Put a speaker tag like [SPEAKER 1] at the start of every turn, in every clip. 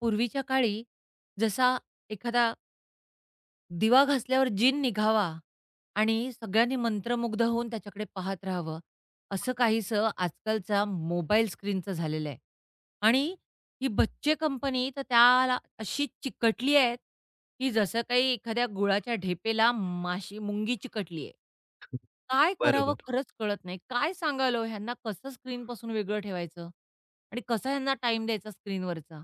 [SPEAKER 1] पूर्वीच्या काळी जसा एखादा दिवा घासल्यावर जिन निघावा आणि सगळ्यांनी मंत्रमुग्ध होऊन त्याच्याकडे पाहत राहावं, असं काहीसं आजकालचा मोबाईल स्क्रीनचं झालेलं आहे. आणि ही बच्चे कंपनी तर त्याला अशी चिकटली आहे, की जसं काही एखाद्या गुळाच्या ढेपेला माशी मुंगी चिकटली आहे. काय करावं
[SPEAKER 2] बरोबर.
[SPEAKER 1] खरंच कळत नाही. काय सांगाल हो ह्यांना कसं स्क्रीनपासून वेगळं ठेवायचं? आणि कसा ह्यांना टाईम द्यायचा स्क्रीनवरचा?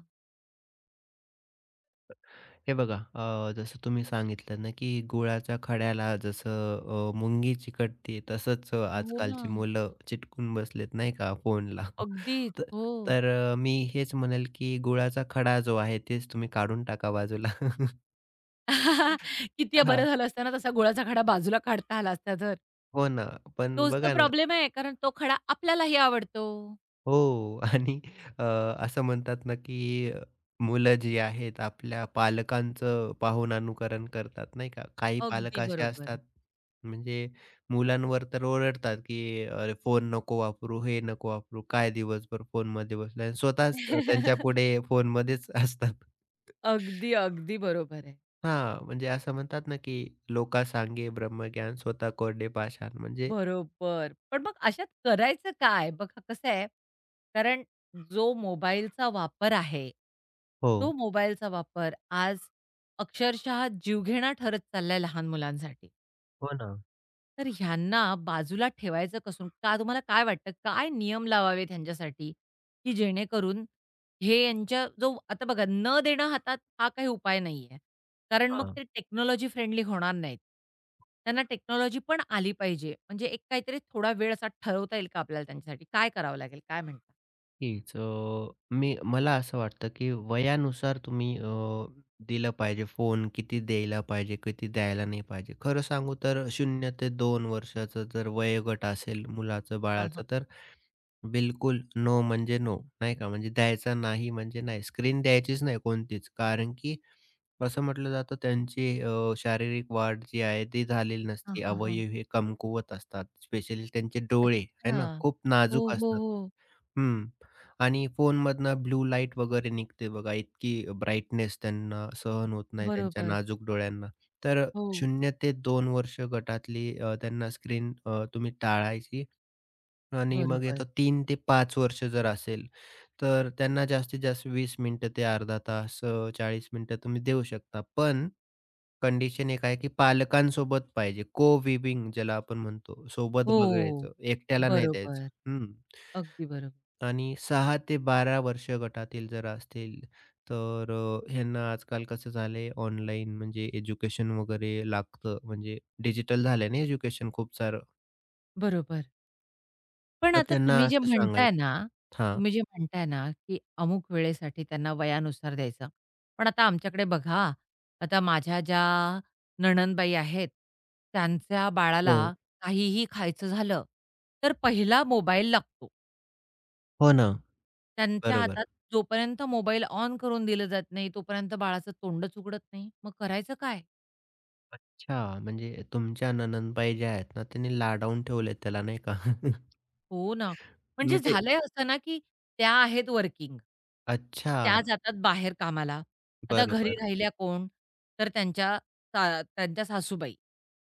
[SPEAKER 2] हे बघा जसं तुम्ही सांगितलं ना, की गुळाच्या खड्याला जसं मुंगी चिकटते तसंच
[SPEAKER 1] हो ना.
[SPEAKER 2] आजकालची मुलं चिटकून बसलेत नाही का फोनला.
[SPEAKER 1] अगदीच.
[SPEAKER 2] तर
[SPEAKER 1] हो.
[SPEAKER 2] तर अ, मी हेच म्हणेल, की गुळाचा खडा जो आहे तेच तुम्ही काढून टाका बाजूला.
[SPEAKER 1] किती बरं
[SPEAKER 2] हां.
[SPEAKER 1] झालं असतं ना तसा गुळाचा खडा बाजूला काढता आला असता तर.
[SPEAKER 2] हो ना. पण
[SPEAKER 1] तोच तर
[SPEAKER 2] बघा ना.
[SPEAKER 1] प्रॉब्लेम आहे, कारण तो खडा आपल्यालाही आवडतो.
[SPEAKER 2] हो. आणि अ, असं म्हणतात ना, की मुलं जी आहेत आपल्या पालकांचं पाहून अनुकरण करतात, नाही का? काही
[SPEAKER 1] अगदी
[SPEAKER 2] पालक असे
[SPEAKER 1] बरोबर.
[SPEAKER 2] असतात, म्हणजे मुलांवर तर ओरडतात, की "अरे फोन नको वापरू, हे नको वापरू, काय दिवसभर फोनमध्ये बसलाय." स्वतःच त्यांच्यापुढे फोनमध्येच असतात.
[SPEAKER 1] अगदी, अगदी बरोबर आहे.
[SPEAKER 2] हां, म्हणजे असं म्हणतात ना, की "लोका सांगे ब्रह्मज्ञान, स्वतः कोरडे पाषाण." म्हणजे
[SPEAKER 1] बरोबर. पण मग अशात करायचं काय? बघा कसं आहे, कारण जो मोबाईलचा वापर आहे, तो
[SPEAKER 2] हो.
[SPEAKER 1] मोबाईलचा वापर आज अक्षरशः जीवघेणा ठरत चाललाय लहान मुलांसाठी.
[SPEAKER 2] हो ना.
[SPEAKER 1] तर ह्यांना बाजूला ठेवायचं कसून? का तुम्हाला काय वाटतं, काय नियम लावावेत ह्यांच्यासाठी, की जेणेकरून हे यांच्या जो आता बघा न देणं हातात हा काही उपाय नाहीये. कारण मग
[SPEAKER 2] हां.
[SPEAKER 1] ते टेक्नॉलॉजी फ्रेंडली होणार नाहीत. त्यांना टेक्नॉलॉजी पण आली पाहिजे. म्हणजे एक काहीतरी थोडा वेळ असा ठरवता येईल का आपल्याला त्यांच्यासाठी? काय करावं लागेल? काय म्हणता?
[SPEAKER 2] नक्कीच. अ, मी मला असं वाटतं, की वयानुसार तुम्ही दिलं पाहिजे. फोन किती द्यायला पाहिजे, किती द्यायला नाही पाहिजे. खरं सांगू तर 0 ते 2 वर्षाचं जर वयोगट असेल मुलाचं,
[SPEAKER 1] हां,
[SPEAKER 2] बाळाचं, तर बिलकुल, नो म्हणजे नो, नाही का? म्हणजे द्यायचा नाही म्हणजे नाही. स्क्रीन द्यायचीच नाही कोणतीच. कारण की असं म्हटलं जातं त्यांची शारीरिक वाढ जी आहे ती झालेली
[SPEAKER 1] हां,
[SPEAKER 2] नसते.
[SPEAKER 1] हां, हां.
[SPEAKER 2] अवयव हे कमकुवत असतात. स्पेशली त्यांचे डोळे आहे ना,
[SPEAKER 1] अच्छा.
[SPEAKER 2] खूप
[SPEAKER 1] हो,
[SPEAKER 2] नाजूक
[SPEAKER 1] हो,
[SPEAKER 2] असतात.
[SPEAKER 1] हो.
[SPEAKER 2] हं. आणि फोनमधनं ब्लू लाईट वगैरे निघते बघा. इतकी ब्राईटनेस त्यांना सहन होत नाही त्यांच्या
[SPEAKER 1] बरोबर.
[SPEAKER 2] नाजूक डोळ्यांना. तर
[SPEAKER 1] हो.
[SPEAKER 2] 0 ते 2 वर्ष गटातली त्यांना स्क्रीन तुम्ही टाळायची. आणि मग
[SPEAKER 1] बरोबर.
[SPEAKER 2] येतो तीन ते पाच वर्ष जर असेल, तर त्यांना जास्तीत जास्त वीस मिनिटं ते अर्धा तास 40 मिनिटं तुम्ही देऊ शकता. पण कंडिशन एक आहे, की पालकांसोबत पाहिजे. को विविंग ज्याला आपण म्हणतो, सोबत
[SPEAKER 1] हो.
[SPEAKER 2] बघायचं, एकट्याला नाही द्यायचं.
[SPEAKER 1] बरोबर.
[SPEAKER 2] हं.
[SPEAKER 1] अगदी बरोबर.
[SPEAKER 2] आणि 6 ते 12 वर्ष गटातील जर असतील, तर ह्यांना आजकाल कसं झालंय ऑनलाईन म्हणजे एज्युकेशन वगैरे लागतं, म्हणजे डिजिटल झालंय ना एज्युकेशन खूप सारं.
[SPEAKER 1] बरोबर. पण
[SPEAKER 2] तर
[SPEAKER 1] आता
[SPEAKER 2] त्यांना
[SPEAKER 1] तुम्ही जे
[SPEAKER 2] असं
[SPEAKER 1] म्हणताय ना,
[SPEAKER 2] सांगायचं. हां.
[SPEAKER 1] तुम्ही जे म्हणताय ना, की अमुक वेळेसाठी त्यांना वयानुसार द्यायचं. पण आता आमच्याकडे बघा, आता माझ्या ज्या नणंदबाई आहेत, त्यांच्या बाळाला
[SPEAKER 2] हो.
[SPEAKER 1] काहीही खायचं झालं, तर पहिला मोबाईल लागतो.
[SPEAKER 2] हो ना.
[SPEAKER 1] त्यांच्या
[SPEAKER 2] बरोबर.
[SPEAKER 1] हातात जोपर्यंत मोबाईल ऑन करून दिलं जात नाही, तोपर्यंत बाळाचं तोंडच उघडत नाही. मग करायचं काय?
[SPEAKER 2] अच्छा, म्हणजे तुमच्या नणंदबाई ज्या आहेत ना, त्यांनी लाडावून ठेवलेत त्याला नाही का?
[SPEAKER 1] हो ना. म्हणजे
[SPEAKER 2] मग
[SPEAKER 1] झालंय असं ना, की त्या आहेत वर्किंग. तर
[SPEAKER 2] अच्छा,
[SPEAKER 1] त्या जातात बाहेर कामाला. आता घरी
[SPEAKER 2] बरोबर.
[SPEAKER 1] राहिल्या कोण? तर त्यांच्या त्यांच्या सासूबाई.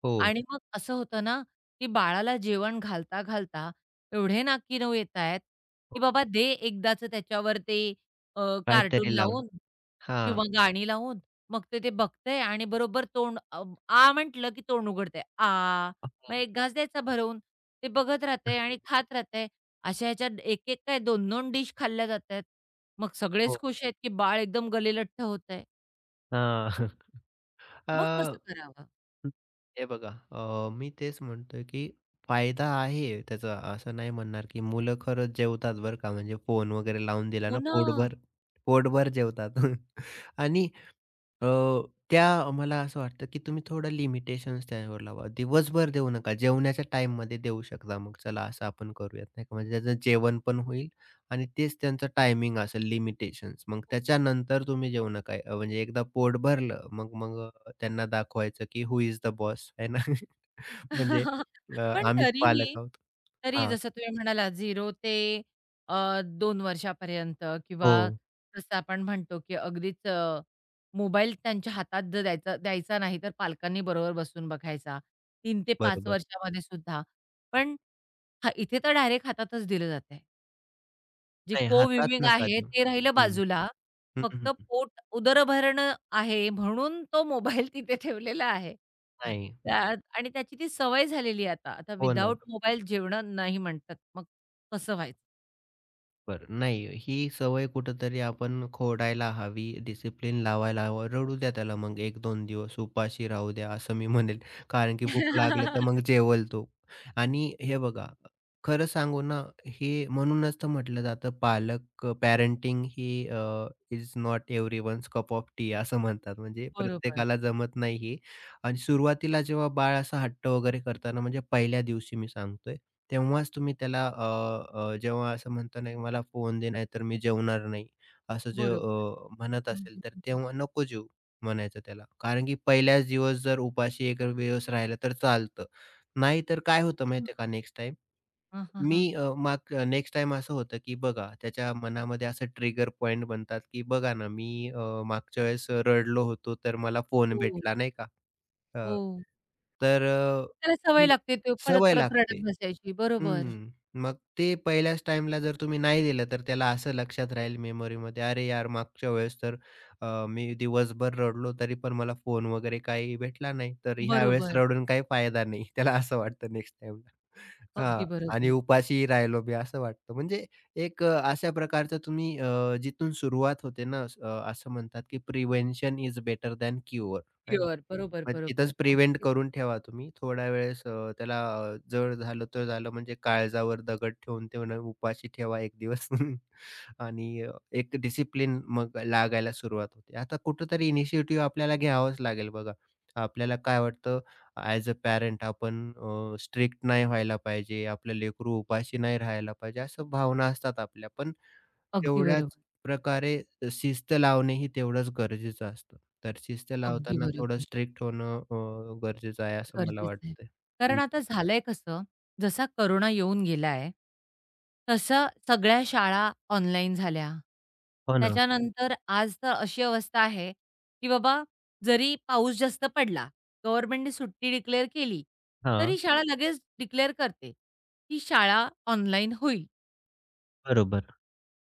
[SPEAKER 2] हो,
[SPEAKER 1] आणि मग असं होतं ना, की बाळाला जेवण घालता-घालता एवढे नाकीनऊ येतायत, की
[SPEAKER 2] हो.
[SPEAKER 1] बाबा दे एकदाचं त्याच्यावर ते अ, कार्टून
[SPEAKER 2] काहीतरी लावून.
[SPEAKER 1] लावून
[SPEAKER 2] हां.
[SPEAKER 1] किंवा गाणी लावून. मग ते ते बघतंय आणि बरोबर तोंड आ म्हटलं, की तोंड उघडतंय. आ. मग एक घास द्यायचा भरवून. ते बघत राहतंय आणि
[SPEAKER 2] हो.
[SPEAKER 1] खात राहतंय. अशा ह्याच्यात एक-एक काय 2-2 डिश खाल्ल्या जातायत. मग सगळेच
[SPEAKER 2] हो.
[SPEAKER 1] खुश आहेत, की बाळ एकदम गलिलठ्ठ होतंय.
[SPEAKER 2] हा.
[SPEAKER 1] मग
[SPEAKER 2] अ,
[SPEAKER 1] कसं करावं?
[SPEAKER 2] हे बघा मी तेच म्हणतोय, की फायदा आहे त्याचा, असं नाही म्हणणार, की मुलं खरंच जेवतात बरं का, म्हणजे फोन वगैरे लावून दिला
[SPEAKER 1] हो
[SPEAKER 2] ना
[SPEAKER 1] ना.
[SPEAKER 2] पोटभर पोटभर जेवतात. आणि अ, त्या मला असं वाटतं, की तुम्ही थोडं लिमिटेशन्स त्याच्यावर लावा. दिवसभर देऊ नका. जेवणाच्या टाईममध्ये देऊ शकता मग चला असं आपण करूयात, नाही का. म्हणजे त्याचं जेवण पण होईल आणि तेच त्यांचं टायमिंग असेल लिमिटेशन्स. मग
[SPEAKER 1] ओके.
[SPEAKER 2] त्याच्यानंतर तुम्ही जेवू नका. म्हणजे एकदा पोट भरलं मग मग अ, त्यांना दाखवायचं, की हू इज द बॉस आहे ना. म्हणजे अ,
[SPEAKER 1] पण
[SPEAKER 2] आम्हीच पालक
[SPEAKER 1] तरीही
[SPEAKER 2] आहोत.
[SPEAKER 1] तरी
[SPEAKER 2] हां.
[SPEAKER 1] जसं तुम्ही म्हणालात 0 ते 2 वर्षापर्यंत
[SPEAKER 2] हो,
[SPEAKER 1] किंवा जसं आपण म्हणतो, की अगदीच मोबाईल त्यांच्या हातात जर द्यायचा द्यायचा नाही, तर पालकांनी बरोबर बसून बघायचा. 3 ते 5
[SPEAKER 2] बरोबर.
[SPEAKER 1] वर्षामध्ये सुद्धा. पण हा इथे तर डायरेक्ट हातातच दिलं जातंय. जे
[SPEAKER 2] नाही हातात
[SPEAKER 1] को-विविंग
[SPEAKER 2] नका
[SPEAKER 1] आहे
[SPEAKER 2] देऊ.
[SPEAKER 1] ते राहिलं
[SPEAKER 2] हं.
[SPEAKER 1] बाजूला.
[SPEAKER 2] हं,
[SPEAKER 1] फक्त
[SPEAKER 2] हं.
[SPEAKER 1] पोट उदरभरणं आहे म्हणून तो मोबाईल तिथे ठेवलेला आहे.
[SPEAKER 2] नाही.
[SPEAKER 1] त्यात आणि त्याची ती सवय झालेली आहे आता. आता
[SPEAKER 2] हो ना.
[SPEAKER 1] विथआऊट मोबाईल जेवणं नाही म्हणतात. मग कसं व्हायचं?
[SPEAKER 2] बरं. नाही, ही सवय कुठेतरी आपण खोडायला हवी, डिसिप्लिन लावायला हवं. रडू द्या त्याला मग 1-2 दिवस उपाशी राहू द्या, असं मी म्हणेल. कारण की भूक लागली तर मग जेवेल तो. आणि हे बघा, खरं सांगू ना, हे म्हणूनच तर म्हटलं जातं पालक पॅरेंटिंग ही is not everyone's cup of tea असं म्हणतात. म्हणजे
[SPEAKER 1] बरोबर,
[SPEAKER 2] प्रत्येकाला जमत नाही आणि सुरुवातीला जेव्हा बाळ असं हट्ट वगैरे करताना म्हणजे पहिल्या दिवशी मी सांगतोय, तेव्हाच तुम्ही त्याला अ, अ, जेव्हा असं म्हणतो ना, "मला फोन दे, नाहीतर मी जेवणार नाही." असं जे अ,
[SPEAKER 1] बरोबर.
[SPEAKER 2] म्हणत
[SPEAKER 1] हं,
[SPEAKER 2] असेल
[SPEAKER 1] हं,
[SPEAKER 2] तर
[SPEAKER 1] हं,
[SPEAKER 2] तेव्हा नको जेवू म्हणायचं त्याला. कारण की पहिल्याच दिवस जर उपाशी एक दिवस राहिलं तर चालतं. नाहीतर काय होतं माहिती का
[SPEAKER 1] हं.
[SPEAKER 2] Next time?
[SPEAKER 1] हां,
[SPEAKER 2] मी
[SPEAKER 1] हां,
[SPEAKER 2] अ, माग नेक्स्ट टाईम असं होतं, की बघा त्याच्या मनामध्ये असं ट्रिगर पॉइंट बनतात, की बघा ना मी अ, मागच्या वेळेस रडलो होतो तर मला फोन
[SPEAKER 1] हो,
[SPEAKER 2] भेटला नाही का? अ,
[SPEAKER 1] हो.
[SPEAKER 2] तर अ,
[SPEAKER 1] त्याला सवय
[SPEAKER 2] हं,
[SPEAKER 1] लागते तो
[SPEAKER 2] सवय
[SPEAKER 1] परत-परत
[SPEAKER 2] लागते.
[SPEAKER 1] रडत बसायची. बरोबर,
[SPEAKER 2] हं. मग ते पहिल्याच टाईमला जर तुम्ही नाही दिलं, तर त्याला असं लक्षात राहील मेमरीमध्ये, "अरे यार, मागच्या वेळेस तर मी दिवसभर रडलो तरी पण मला फोन वगैरे काही भेटला नाही, तर ह्यावेळेस
[SPEAKER 1] बरोबर.
[SPEAKER 2] रडून काही फायदा नाही." त्याला असं वाटतं नेक्स्ट टाईमला.
[SPEAKER 1] अगदी
[SPEAKER 2] हां. आणि
[SPEAKER 1] बरोबर.
[SPEAKER 2] उपाशीही राहिलो मी असं वाटतं. म्हणजे एक अशा प्रकारचं तुम्ही जिथून सुरुवात होते ना, असं म्हणतात की prevention is better than cure,
[SPEAKER 1] pure. बरोबर,
[SPEAKER 2] मग
[SPEAKER 1] बरोबर.
[SPEAKER 2] तिथंच प्रिव्हेंट
[SPEAKER 1] अगदी बरोबर.
[SPEAKER 2] करून ठेवा तुम्ही. थोड्या वेळेस त्याला जड झालं तर झालं म्हणजे काळजावर दगड ठेवून ठेवून उपाशी ठेवा एक दिवस. आणि एक डिसिप्लिन मग लागायला सुरुवात होते. आता कुठेतरी इनिशिएटिव्ह आपल्याला घ्यावाच लागेल बघा. आपल्याला काय वाटतं ॲज अ पॅरेंट आपण स्ट्रिक्ट नाही व्हायला पाहिजे, आपलं लेकरू उपाशी नाही राहायला पाहिजे, असं भावना असतात आपल्या. पण
[SPEAKER 1] अगदी
[SPEAKER 2] तेवढ्याच
[SPEAKER 1] बरोबर.
[SPEAKER 2] प्रकारे शिस्त लावणे ही तेवढंच गरजेचं असतं. तर शिस्त
[SPEAKER 1] अगदी
[SPEAKER 2] लावताना थोडं
[SPEAKER 1] बरोबर.
[SPEAKER 2] स्ट्रिक्ट होणं गरजेचं आहे असं मला
[SPEAKER 1] गरजेचं आहे.
[SPEAKER 2] वाटतंय.
[SPEAKER 1] कारण
[SPEAKER 2] हं.
[SPEAKER 1] आता झालंय कसं, जसा कोरोना येऊन गेलाय, तसं सगळ्या शाळा ऑनलाईन झाल्या. हो.
[SPEAKER 2] हो ना.
[SPEAKER 1] त्याच्यानंतर आज तर अशी अवस्था आहे, की बाबा जरी पाऊस जास्त पडला, गव्हर्नमेंटने सुट्टी डिक्लेअर केली,
[SPEAKER 2] हां,
[SPEAKER 1] तरी शाळा लगेच डिक्लेअर करते, की शाळा ऑनलाईन होईल.
[SPEAKER 2] बरोबर.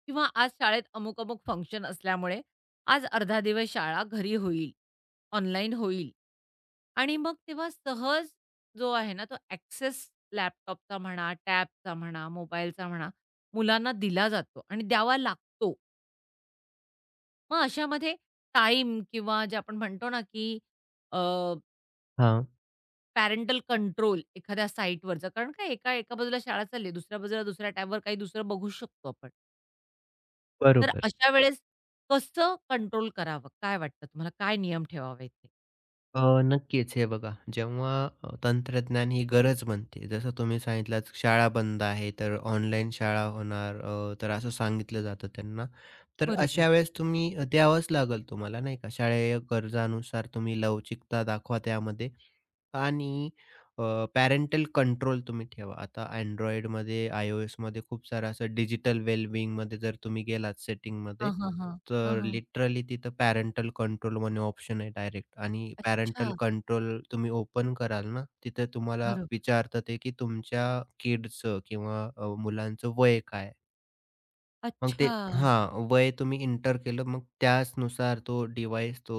[SPEAKER 1] किंवा आज शाळेत अमुक-अमुक फंक्शन असल्यामुळे आज अर्धा दिवस शाळा घरी होईल, ऑनलाईन होईल आणि मग तेव्हा सहज जो आहे ना, तो ॲक्सेस लॅपटॉपचा म्हणा, टॅबचा म्हणा, मोबाईलचा म्हणा, मुलांना दिला जातो आणि द्यावा लागतो. मग अशामध्ये टाईम किंवा जे आपण म्हणतो ना, की
[SPEAKER 2] हां,
[SPEAKER 1] पॅरेंटल कंट्रोल एखाद्या साईटवरचं कारण काय एका एका बाजूला शाळा चालली दुसऱ्या बाजूला दुसऱ्या टॅबवर काही दुसरं बघू शकतो आपण. तर
[SPEAKER 2] बरोबर.
[SPEAKER 1] अशा वेळेस कसं कंट्रोल करावं? काय वाटतं तुम्हाला? काय नियम ठेवावे इथे?
[SPEAKER 2] नक्कीच हे बघा जेव्हा तंत्रज्ञान ही गरज बनते जसं तुम्ही सांगितलात शाळा बंद आहे तर ऑनलाईन शाळा होणार तर असं सांगितलं जातं त्यांना. तर
[SPEAKER 1] बरोबर.
[SPEAKER 2] अशा वेळेस तुम्ही द्यावंच लागेल तुम्हाला नाही का शालेय गरजानुसार तुम्ही लवचिकता दाखवा त्यामध्ये. आणि अ, पॅरेंटल कंट्रोल तुम्ही ठेवा. आता Androidमध्ये, iOSमध्ये खूप सारं असं डिजिटल वेलबिंगमध्ये जर तुम्ही गेलात सेटिंगमध्ये,
[SPEAKER 1] हां, हां, हां. हां,
[SPEAKER 2] तर
[SPEAKER 1] हां.
[SPEAKER 2] लिटरली तिथं पॅरेंटल कंट्रोल म्हणून ऑप्शन आहे डायरेक्ट आणि पॅरेंटल
[SPEAKER 1] अच्छा.
[SPEAKER 2] कंट्रोल तुम्ही ओपन कराल ना, तिथं तुम्हाला
[SPEAKER 1] बरोबर.
[SPEAKER 2] विचारतं ते, की तुमच्या किड्सचं किंवा मुलांचं वय काय. मग ते
[SPEAKER 1] अच्छा.
[SPEAKER 2] हां, वय तुम्ही इंटर केलं मग त्याचनुसार तो डिव्हाइस तो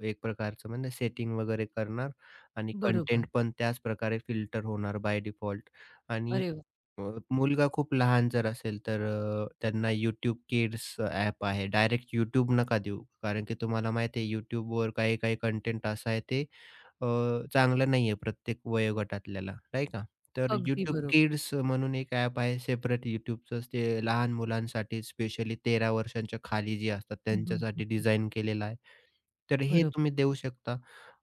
[SPEAKER 2] एक प्रकारचं म्हणजे सेटिंग वगैरे करणार आणि
[SPEAKER 1] बरोबर.
[SPEAKER 2] कंटेंट पण त्याच प्रकारे फिल्टर होणार बाय डिफॉल्ट. आणि
[SPEAKER 1] अरे वाह!
[SPEAKER 2] अ, मुलगा खूप लहान जर असेल तर त्यांना YouTube Kids ॲप आहे. डायरेक्ट YouTube नका देऊ. कारण की तुम्हाला माहिती आहे YouTubeवर काही-काही कंटेंट असा आहे ते अ, चांगलं नाहीये प्रत्येक वयोगटातल्याला, नाही का? तर
[SPEAKER 1] अगदी
[SPEAKER 2] YouTube
[SPEAKER 1] बरोबर.
[SPEAKER 2] Kids म्हणून एक ॲप आहे सेपरेट YouTubeचंच ते लहान मुलांसाठी स्पेशली 13 वर्षांच्या खाली जी असतात
[SPEAKER 1] हं, हं,
[SPEAKER 2] त्यांच्यासाठी
[SPEAKER 1] हं.
[SPEAKER 2] डिझाइन केलेलं आहे. तर हे
[SPEAKER 1] बरोबर.
[SPEAKER 2] तुम्ही देऊ शकता.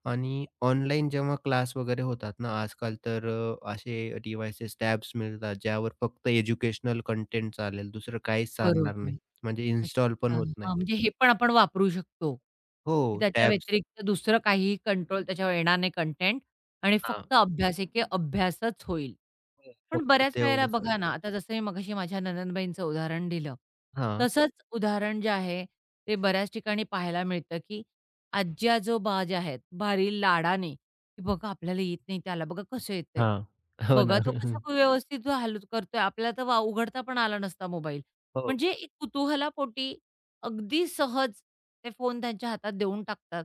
[SPEAKER 2] आणि ऑनलाईन जेव्हा क्लास वगैरे होतात ना आजकाल तर असे डिव्हाइसेस, टॅब्स मिळतात ज्यावर फक्त एज्युकेशनल कंटेंट चालेल, दुसरं काहीच चालणार
[SPEAKER 1] बरोबर.
[SPEAKER 2] नाही. म्हणजे इन्स्टॉल पण
[SPEAKER 1] अच्छा.
[SPEAKER 2] होत नाही.
[SPEAKER 1] हां, म्हणजे हे पण आपण वापरू शकतो,
[SPEAKER 2] हो,
[SPEAKER 1] की त्याच्या
[SPEAKER 2] टॅब्स
[SPEAKER 1] व्यतिरिक्त दुसरं काहीही कंट्रोल त्याच्यावर येणार नाही कंटेंट आणि
[SPEAKER 2] हां,
[SPEAKER 1] फक्त अभ्यासिके अभ्यासच होईल. पण
[SPEAKER 2] फक्त
[SPEAKER 1] बऱ्याच वेळेला
[SPEAKER 2] तेवढंच
[SPEAKER 1] बघा
[SPEAKER 2] होईल.
[SPEAKER 1] ना, आता जसं मी मगाशी माझ्या नणंदबाईंचं उदाहरण दिलं,
[SPEAKER 2] हां.
[SPEAKER 1] तसंच उदाहरण जे आहे, ते बऱ्याच ठिकाणी पाहायला मिळतं, की आजी-आजोबा जे आहेत, भारी लाडाने, की "बघा आपल्याला येत नाही, त्याला बघा कसं येतंय.
[SPEAKER 2] हां. हो
[SPEAKER 1] बघा
[SPEAKER 2] ना.
[SPEAKER 1] तो कसा व्यवस्थित हालत करतोय, आपल्याला तर वा उघडता पण आला नसता मोबाईल."
[SPEAKER 2] हो,
[SPEAKER 1] म्हणजे एक कुतूहलापोटी अगदी सहज ते फोन त्यांच्या हातात देऊन टाकतात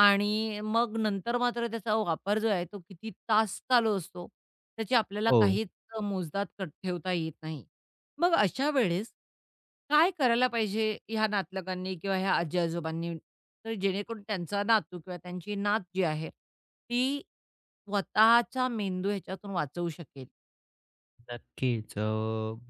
[SPEAKER 1] आणि मग नंतर मात्र त्याचा वापर जो आहे तो किती तास चालू असतो, त्याची आपल्याला
[SPEAKER 2] हो.
[SPEAKER 1] काहीच मोजदाद ठेवता येत नाही. मग अशा वेळेस काय करायला पाहिजे ह्या नातलगांनी किंवा ह्या आजी-आजोबांनी, तर जेणेकरून त्यांचा नातू किंवा त्यांची नात जी आहे, ती स्वतःचा मेंदू ह्याच्यातून वाचवू शकेल?
[SPEAKER 2] नक्कीच.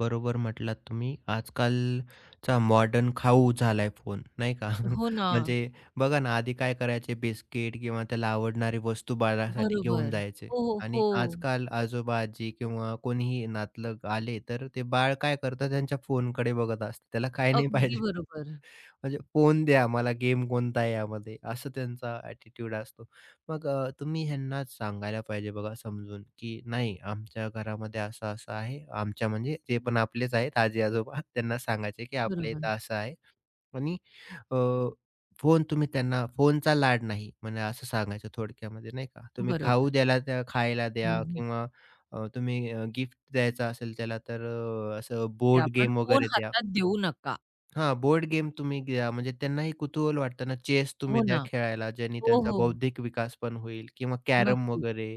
[SPEAKER 2] बरोबर म्हटलात तुम्ही. आजकालचा मॉडर्न खाऊ झालाय फोन, नाही का?
[SPEAKER 1] हो ना.
[SPEAKER 2] म्हणजे बघा ना, आधी काय करायचे बिस्किट किंवा त्याला आवडणारी वस्तू बाळासाठी घेऊन
[SPEAKER 1] बरोबर.
[SPEAKER 2] जायचे
[SPEAKER 1] हो, हो.
[SPEAKER 2] आणि
[SPEAKER 1] हो.
[SPEAKER 2] आजकाल आजोबा-आजी किंवा कोणीही नातलग आले, तर ते बाळ काय करतात त्यांच्या फोनकडे बघत असतं. त्याला काय नाही
[SPEAKER 1] अगदी
[SPEAKER 2] पाहिजे.
[SPEAKER 1] बरोबर.
[SPEAKER 2] म्हणजे फोन द्या मला, गेम कोणता आहे यामध्ये, असं त्यांचा ॲटिट्यूड असतो. मग तुम्ही ह्यांना सांगायला पाहिजे बघा समजून, की नाही आमच्या घरामध्ये असं-असं आहे. आमच्या म्हणजे ते पण आपलेच आहेत आजी-आजोबा. त्यांना सांगायचे, की आपल्या
[SPEAKER 1] बरोबर.
[SPEAKER 2] इथं असं आहे आणि अ, फोन तुम्ही त्यांना फोनचा लाड नाही म्हणजे असं सांगायचं थोडक्यामध्ये नाही का. तुम्ही खाऊ
[SPEAKER 1] बरोबर.
[SPEAKER 2] द्यायला त्या खायला
[SPEAKER 1] हं,
[SPEAKER 2] द्या
[SPEAKER 1] हं.
[SPEAKER 2] किंवा तुम्ही गिफ्ट द्यायचं असेल त्याला तर असं
[SPEAKER 1] ते
[SPEAKER 2] बोर्ड
[SPEAKER 1] आपण
[SPEAKER 2] गेम
[SPEAKER 1] फोन
[SPEAKER 2] वगैरे द्या.
[SPEAKER 1] हातात देऊ नका.
[SPEAKER 2] हां, बोर्ड गेम तुम्ही घ्या, म्हणजे त्यांनाही कुतूहल वाटतं ना, चेस तुम्ही
[SPEAKER 1] हो
[SPEAKER 2] द्या
[SPEAKER 1] ना.
[SPEAKER 2] खेळायला, ज्यांनी
[SPEAKER 1] हो,
[SPEAKER 2] त्यांचा
[SPEAKER 1] हो.
[SPEAKER 2] बौद्धिक विकास पण होईल किंवा कॅरम
[SPEAKER 1] नक्की.
[SPEAKER 2] वगैरे.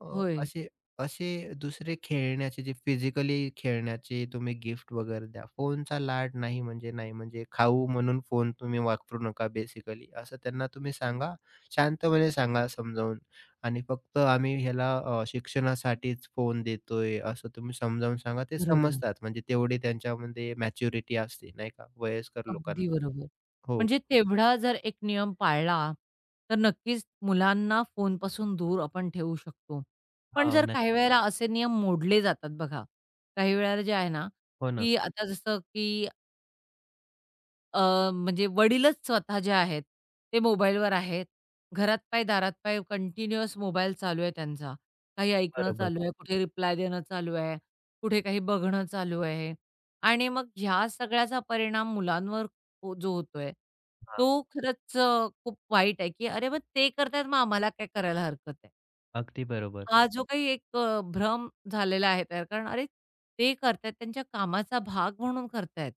[SPEAKER 2] अ,
[SPEAKER 1] होय.
[SPEAKER 2] असे असे दुसरे खेळण्याचे जे फिजिकली खेळण्याचे तुम्ही गिफ्ट वगैरे द्या. फोनचा लाड नाही म्हणजे नाही, म्हणजे खाऊ म्हणून फोन तुम्ही वापरू नका बेसिकली असं त्यांना तुम्ही सांगा. शांतपणे सांगा समजावून आणि फक्त आम्ही ह्याला शिक्षणासाठीच फोन देतोय असं तुम्ही समजावून सांगा. ते
[SPEAKER 1] बरोबर.
[SPEAKER 2] समजतात म्हणजे तेवढी त्यांच्यामध्ये मॅच्युरिटी असते नाही का वयस्कर
[SPEAKER 1] अगदी
[SPEAKER 2] लोकांमध्ये.
[SPEAKER 1] बरोबर.
[SPEAKER 2] हो.
[SPEAKER 1] म्हणजे तेवढा जर एक नियम पाळला, तर नक्कीच मुलांना फोनपासून दूर आपण ठेवू शकतो. पण
[SPEAKER 2] हो,
[SPEAKER 1] जर काही
[SPEAKER 2] नक्कीच.
[SPEAKER 1] वेळेला असे नियम मोडले जातात बघा. काही वेळेला जे आहे ना,
[SPEAKER 2] हो ना.
[SPEAKER 1] की आता जसं की म्हणजे वडीलच स्वतः जे आहेत, ते मोबाईलवर आहेत. घरात पाय, दारात पाय कंटिन्युअस मोबाईल चालू आहे त्यांचा. काही ऐकणं
[SPEAKER 2] बरोबर.
[SPEAKER 1] चालू आहे, कुठे रिप्लाय देणं चालू आहे, कुठे काही बघणं चालू आहे आणि मग ह्या सगळ्याचा परिणाम मुलांवर हो जो होतोय,
[SPEAKER 2] हां,
[SPEAKER 1] तो खरंच खूप वाईट आहे, की "अरे, मग ते करतायत, मग आम्हाला काय करायला हरकत आहे?"
[SPEAKER 2] अगदी बरोबर.
[SPEAKER 1] हा जो काही एक भ्रम झालेला आहे तयार कारण अरे, ते करतायत त्यांच्या कामाचा भाग म्हणून करतायत.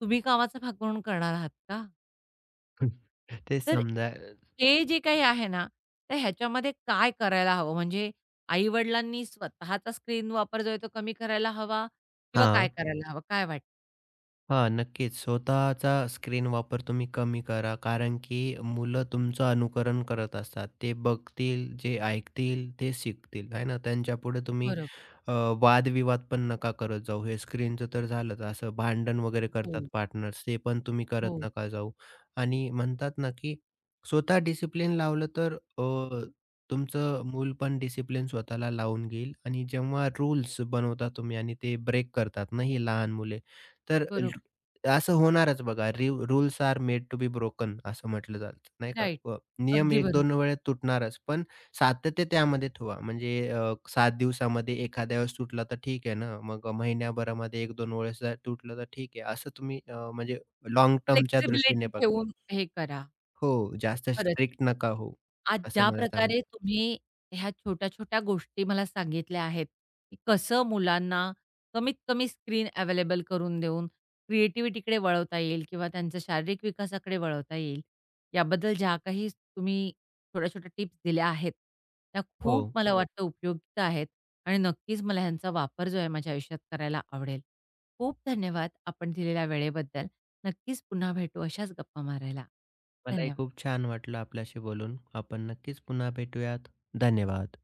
[SPEAKER 1] तुम्ही कामाचा भाग म्हणून करणार आहात का?
[SPEAKER 2] ते
[SPEAKER 1] तर
[SPEAKER 2] समजा
[SPEAKER 1] हे जे काही आहे ना, तर ह्याच्यामध्ये काय करायला हवं? म्हणजे आई-वडिलांनी स्वतःचा स्क्रीन वापर जो आहे तो कमी करायला हवा किंवा काय
[SPEAKER 2] हां.
[SPEAKER 1] करायला हवं? काय वाटतं?
[SPEAKER 2] हां, नक्कीच. स्वतःचा स्क्रीन वापर तुम्ही कमी करा. कारण की मुलं तुमचं अनुकरण करत असतात. ते बघतील, जे ऐकतील, ते शिकतील, आहे ना? त्यांच्यापुढे तुम्ही
[SPEAKER 1] बरोबर.
[SPEAKER 2] अ, वादविवाद पण नका करत जाऊ. हे स्क्रीनचं तर झालंच. असं भांडण वगैरे
[SPEAKER 1] हो,
[SPEAKER 2] करतात पार्टनर्स, ते पण तुम्ही करत
[SPEAKER 1] हो.
[SPEAKER 2] नका जाऊ. आणि म्हणतात ना, की स्वतः डिसिप्लिन लावलं तर तुमचं मूल पण डिसिप्लिन स्वतःला लावून घेईल. आणि जेव्हा रूल्स बनवता तुम्ही आणि ते ब्रेक करतात ना, ही लहान मुले, तर
[SPEAKER 1] बरोबर.
[SPEAKER 2] असं होणारच बघा. Rules are made to be broken असं म्हटलं जातं, नाही का?
[SPEAKER 1] राइट.
[SPEAKER 2] अ, नियम
[SPEAKER 1] अगदी
[SPEAKER 2] एक
[SPEAKER 1] बरोबर.
[SPEAKER 2] दोन वेळेस तुटणारच, पण सातत्य त्यामध्ये ठेवा. म्हणजे 7 दिवसामध्ये एखाद्या वेळेस तुटला तर ठीक आहे ना. मग महिन्याभरामध्ये एक दोन वेळेस जर तुटलं तर ठीक आहे. असं तुम्ही म्हणजे लाँग टर्मच्या दृष्टीने
[SPEAKER 1] फ्लेक्सिबिलिटी
[SPEAKER 2] बघा.
[SPEAKER 1] ठेवून हे करा.
[SPEAKER 2] हो, जास्त
[SPEAKER 1] खरंच.
[SPEAKER 2] स्ट्रिक्ट नका होऊ,
[SPEAKER 1] आज
[SPEAKER 2] असं
[SPEAKER 1] ज्या
[SPEAKER 2] मला सांगायचं.
[SPEAKER 1] प्रकारे तुम्ही ह्या छोट्या-छोट्या गोष्टी मला सांगितल्या आहेत, की कसं मुलांना कमीत कमी स्क्रीन अवेलेबल करून देऊन क्रिएटिव्हिटीकडे वळवता येईल किंवा त्यांच्या शारीरिक विकासाकडे वळवता येईल. याबद्दल ज्या काही तुम्ही छोट्या-छोट्या टिप्स दिल्या आहेत, त्या खूप
[SPEAKER 2] हो,
[SPEAKER 1] मला हो. वाटतं उपयुक्त आहेत आणि नक्कीच मला ह्यांचा वापर जो आहे माझ्या आयुष्यात करायला आवडेल. खूप धन्यवाद आपण दिलेल्या वेळेबद्दल. नक्कीच पुन्हा भेटू अशाच गप्पा मारायला.
[SPEAKER 2] मलाही
[SPEAKER 1] धन्यवाद.
[SPEAKER 2] खूप छान वाटलं आपल्याशी बोलून. आपण नक्कीच पुन्हा भेटूयात. धन्यवाद.